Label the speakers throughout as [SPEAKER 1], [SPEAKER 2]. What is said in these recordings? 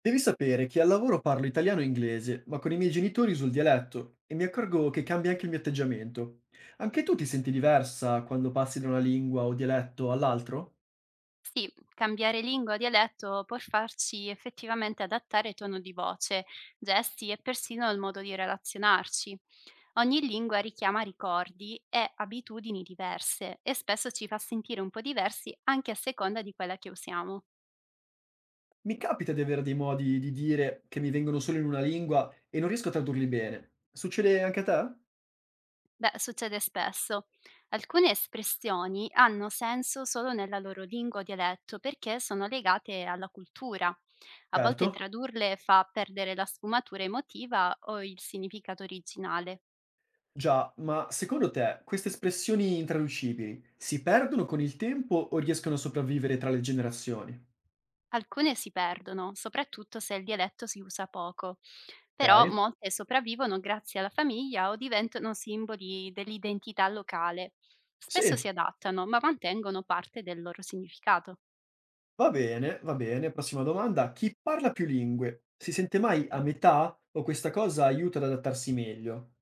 [SPEAKER 1] Devi sapere che al lavoro parlo italiano e inglese, ma con i miei genitori uso il dialetto e mi accorgo che cambia anche il mio atteggiamento. Anche tu ti senti diversa quando passi da una lingua o dialetto all'altro?
[SPEAKER 2] Sì, cambiare lingua o dialetto può farci effettivamente adattare tono di voce, gesti e persino il modo di relazionarci. Ogni lingua richiama ricordi e abitudini diverse e spesso ci fa sentire un po' diversi anche a seconda di quella che usiamo.
[SPEAKER 1] Mi capita di avere dei modi di dire che mi vengono solo in una lingua e non riesco a tradurli bene. Succede anche a te?
[SPEAKER 2] Beh, succede spesso. Alcune espressioni hanno senso solo nella loro lingua o dialetto perché sono legate alla cultura. A volte
[SPEAKER 1] Certo.
[SPEAKER 2] tradurle fa perdere la sfumatura emotiva o il significato originale.
[SPEAKER 1] Già, ma secondo te queste espressioni intraducibili si perdono con il tempo o riescono a sopravvivere tra le generazioni?
[SPEAKER 2] Alcune si perdono, soprattutto se il dialetto si usa poco, però
[SPEAKER 1] Ok.
[SPEAKER 2] molte sopravvivono grazie alla famiglia o diventano simboli dell'identità locale. Spesso si
[SPEAKER 1] Sì.
[SPEAKER 2] adattano, ma mantengono parte del loro significato.
[SPEAKER 1] Va bene, va bene. Prossima domanda: chi parla più lingue si sente mai a metà o questa cosa aiuta ad adattarsi meglio?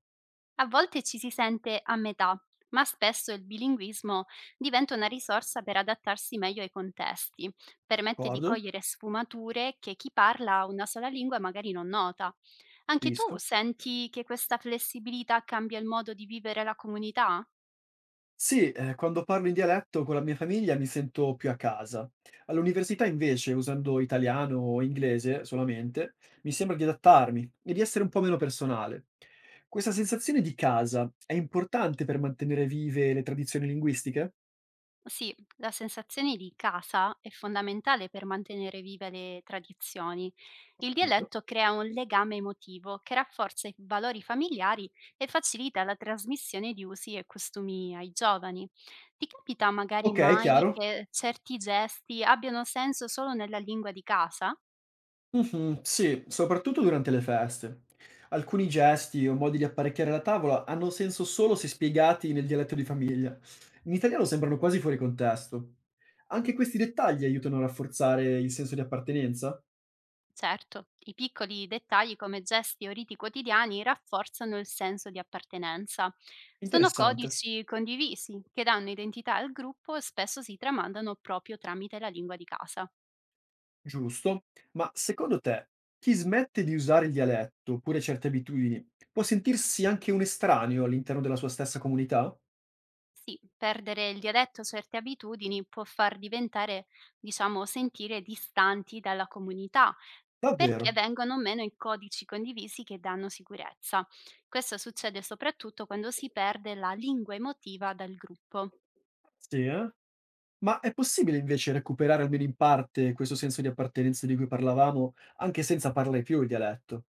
[SPEAKER 2] A volte ci si sente a metà, ma spesso il bilinguismo diventa una risorsa per adattarsi meglio ai contesti, permette di
[SPEAKER 1] D'accordo?
[SPEAKER 2] cogliere sfumature che chi parla una sola lingua magari non nota. Anche tu
[SPEAKER 1] Capisco.
[SPEAKER 2] senti che questa flessibilità cambia il modo di vivere la comunità?
[SPEAKER 1] Sì, quando parlo in dialetto con la mia famiglia mi sento più a casa. All'università invece, usando italiano o inglese solamente, mi sembra di adattarmi e di essere un po' meno personale. Questa sensazione di casa è importante per mantenere vive le tradizioni linguistiche?
[SPEAKER 2] Sì, la sensazione di casa è fondamentale per mantenere vive le tradizioni.
[SPEAKER 1] Ho
[SPEAKER 2] Il
[SPEAKER 1] capito.
[SPEAKER 2] dialetto crea un legame emotivo che rafforza i valori familiari e facilita la trasmissione di usi e costumi ai giovani. Ti capita magari
[SPEAKER 1] Ok,
[SPEAKER 2] mai
[SPEAKER 1] chiaro.
[SPEAKER 2] che certi gesti abbiano senso solo nella lingua di casa?
[SPEAKER 1] Mh-mh, sì, soprattutto durante le feste. Alcuni gesti o modi di apparecchiare la tavola hanno senso solo se spiegati nel dialetto di famiglia. In italiano sembrano quasi fuori contesto. Anche questi dettagli aiutano a rafforzare il senso di appartenenza?
[SPEAKER 2] Certo, i piccoli dettagli come gesti o riti quotidiani rafforzano il senso di appartenenza. Sono
[SPEAKER 1] Interessante,
[SPEAKER 2] codici condivisi che danno identità al gruppo e spesso si tramandano proprio tramite la lingua di casa.
[SPEAKER 1] giusto. Ma secondo te, chi smette di usare il dialetto oppure certe abitudini può sentirsi anche un estraneo all'interno della sua stessa comunità?
[SPEAKER 2] Sì, perdere il dialetto o certe abitudini può far diventare, diciamo, sentire distanti dalla comunità, perché
[SPEAKER 1] Davvero?
[SPEAKER 2] vengono meno i codici condivisi che danno sicurezza. Questo succede soprattutto quando si perde la lingua emotiva dal gruppo.
[SPEAKER 1] Sì, eh? Ma è possibile invece recuperare almeno in parte questo senso di appartenenza di cui parlavamo, anche senza parlare più il dialetto,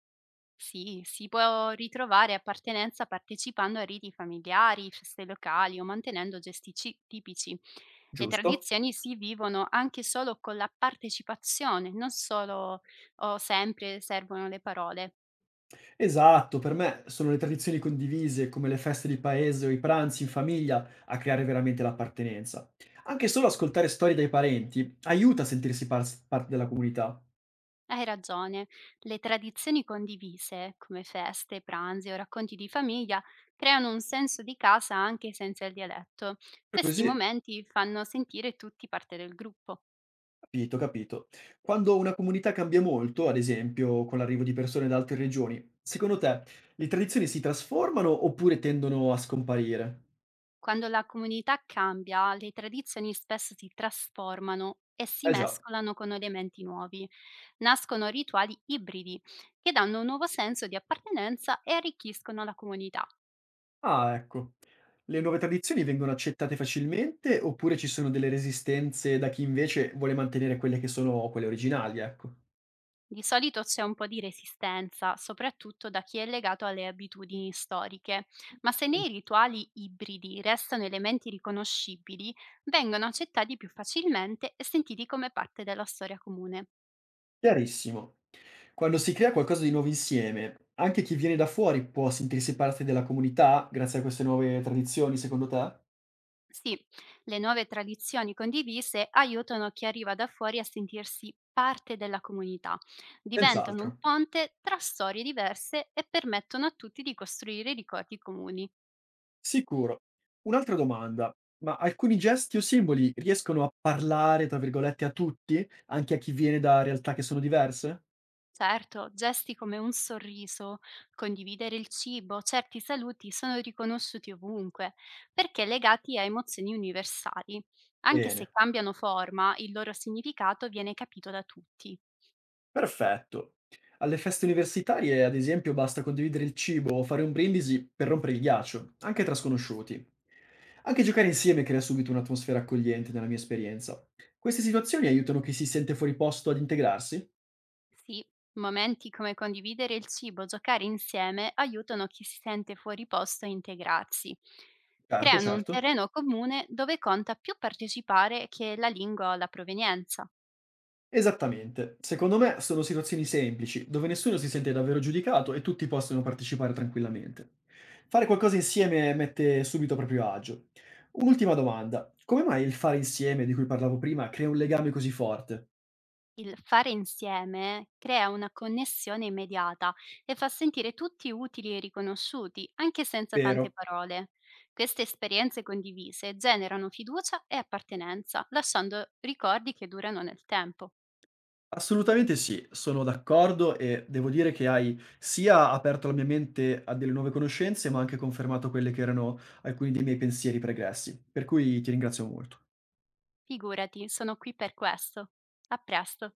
[SPEAKER 2] Sì, si può ritrovare appartenenza partecipando a riti familiari, feste locali o mantenendo gesti tipici. Le
[SPEAKER 1] giusto?
[SPEAKER 2] tradizioni si vivono anche solo con la partecipazione, non solo o sempre servono le parole.
[SPEAKER 1] Esatto, per me sono le tradizioni condivise, come le feste di paese o i pranzi in famiglia, a creare veramente l'appartenenza. Anche solo ascoltare storie dai parenti aiuta a sentirsi parte della comunità.
[SPEAKER 2] Hai ragione, le tradizioni condivise, come feste, pranzi o racconti di famiglia, creano un senso di casa anche senza il dialetto. Questi
[SPEAKER 1] Così,
[SPEAKER 2] momenti fanno sentire tutti parte del gruppo.
[SPEAKER 1] capito, capito. Quando una comunità cambia molto, ad esempio con l'arrivo di persone da altre regioni, secondo te le tradizioni si trasformano oppure tendono a scomparire?
[SPEAKER 2] Quando la comunità cambia, le tradizioni spesso si trasformano e si
[SPEAKER 1] Eh già.
[SPEAKER 2] mescolano con elementi nuovi. Nascono rituali ibridi che danno un nuovo senso di appartenenza e arricchiscono la comunità.
[SPEAKER 1] Ah, ecco. Le nuove tradizioni vengono accettate facilmente oppure ci sono delle resistenze da chi invece vuole mantenere quelle che sono quelle originali, ecco.
[SPEAKER 2] Di solito c'è un po' di resistenza, soprattutto da chi è legato alle abitudini storiche, ma se nei rituali ibridi restano elementi riconoscibili, vengono accettati più facilmente e sentiti come parte della storia comune.
[SPEAKER 1] Chiarissimo. Quando si crea qualcosa di nuovo insieme, anche chi viene da fuori può sentirsi parte della comunità grazie a queste nuove tradizioni, secondo te?
[SPEAKER 2] Sì, le nuove tradizioni condivise aiutano chi arriva da fuori a sentirsi parte della comunità, diventano un
[SPEAKER 1] Senz'altro.
[SPEAKER 2] ponte tra storie diverse e permettono a tutti di costruire ricordi comuni.
[SPEAKER 1] Sicuro. Un'altra domanda, ma alcuni gesti o simboli riescono a parlare, tra virgolette, a tutti, anche a chi viene da realtà che sono diverse?
[SPEAKER 2] Certo, gesti come un sorriso, condividere il cibo, certi saluti sono riconosciuti ovunque, perché legati a emozioni universali. Anche
[SPEAKER 1] Bene.
[SPEAKER 2] se cambiano forma, il loro significato viene capito da tutti.
[SPEAKER 1] Perfetto. Alle feste universitarie, ad esempio, basta condividere il cibo o fare un brindisi per rompere il ghiaccio, anche tra sconosciuti. Anche giocare insieme crea subito un'atmosfera accogliente, nella mia esperienza. Queste situazioni aiutano chi si sente fuori posto ad integrarsi?
[SPEAKER 2] Sì, momenti come condividere il cibo, giocare insieme aiutano chi si sente fuori posto a integrarsi.
[SPEAKER 1] Certo,
[SPEAKER 2] Creano un
[SPEAKER 1] certo.
[SPEAKER 2] terreno comune dove conta più partecipare che la lingua o la provenienza.
[SPEAKER 1] Esattamente. Secondo me sono situazioni semplici, dove nessuno si sente davvero giudicato e tutti possono partecipare tranquillamente. Fare qualcosa insieme mette subito a proprio agio. Un'ultima domanda. Come mai il fare insieme di cui parlavo prima crea un legame così forte?
[SPEAKER 2] Il fare insieme crea una connessione immediata e fa sentire tutti utili e riconosciuti, anche senza tante
[SPEAKER 1] Vero?
[SPEAKER 2] parole. Queste esperienze condivise generano fiducia e appartenenza, lasciando ricordi che durano nel tempo.
[SPEAKER 1] Assolutamente sì, sono d'accordo e devo dire che hai sia aperto la mia mente a delle nuove conoscenze, ma anche confermato quelle che erano alcuni dei miei pensieri pregressi. Per cui ti ringrazio molto.
[SPEAKER 2] Figurati, sono qui per questo. A presto.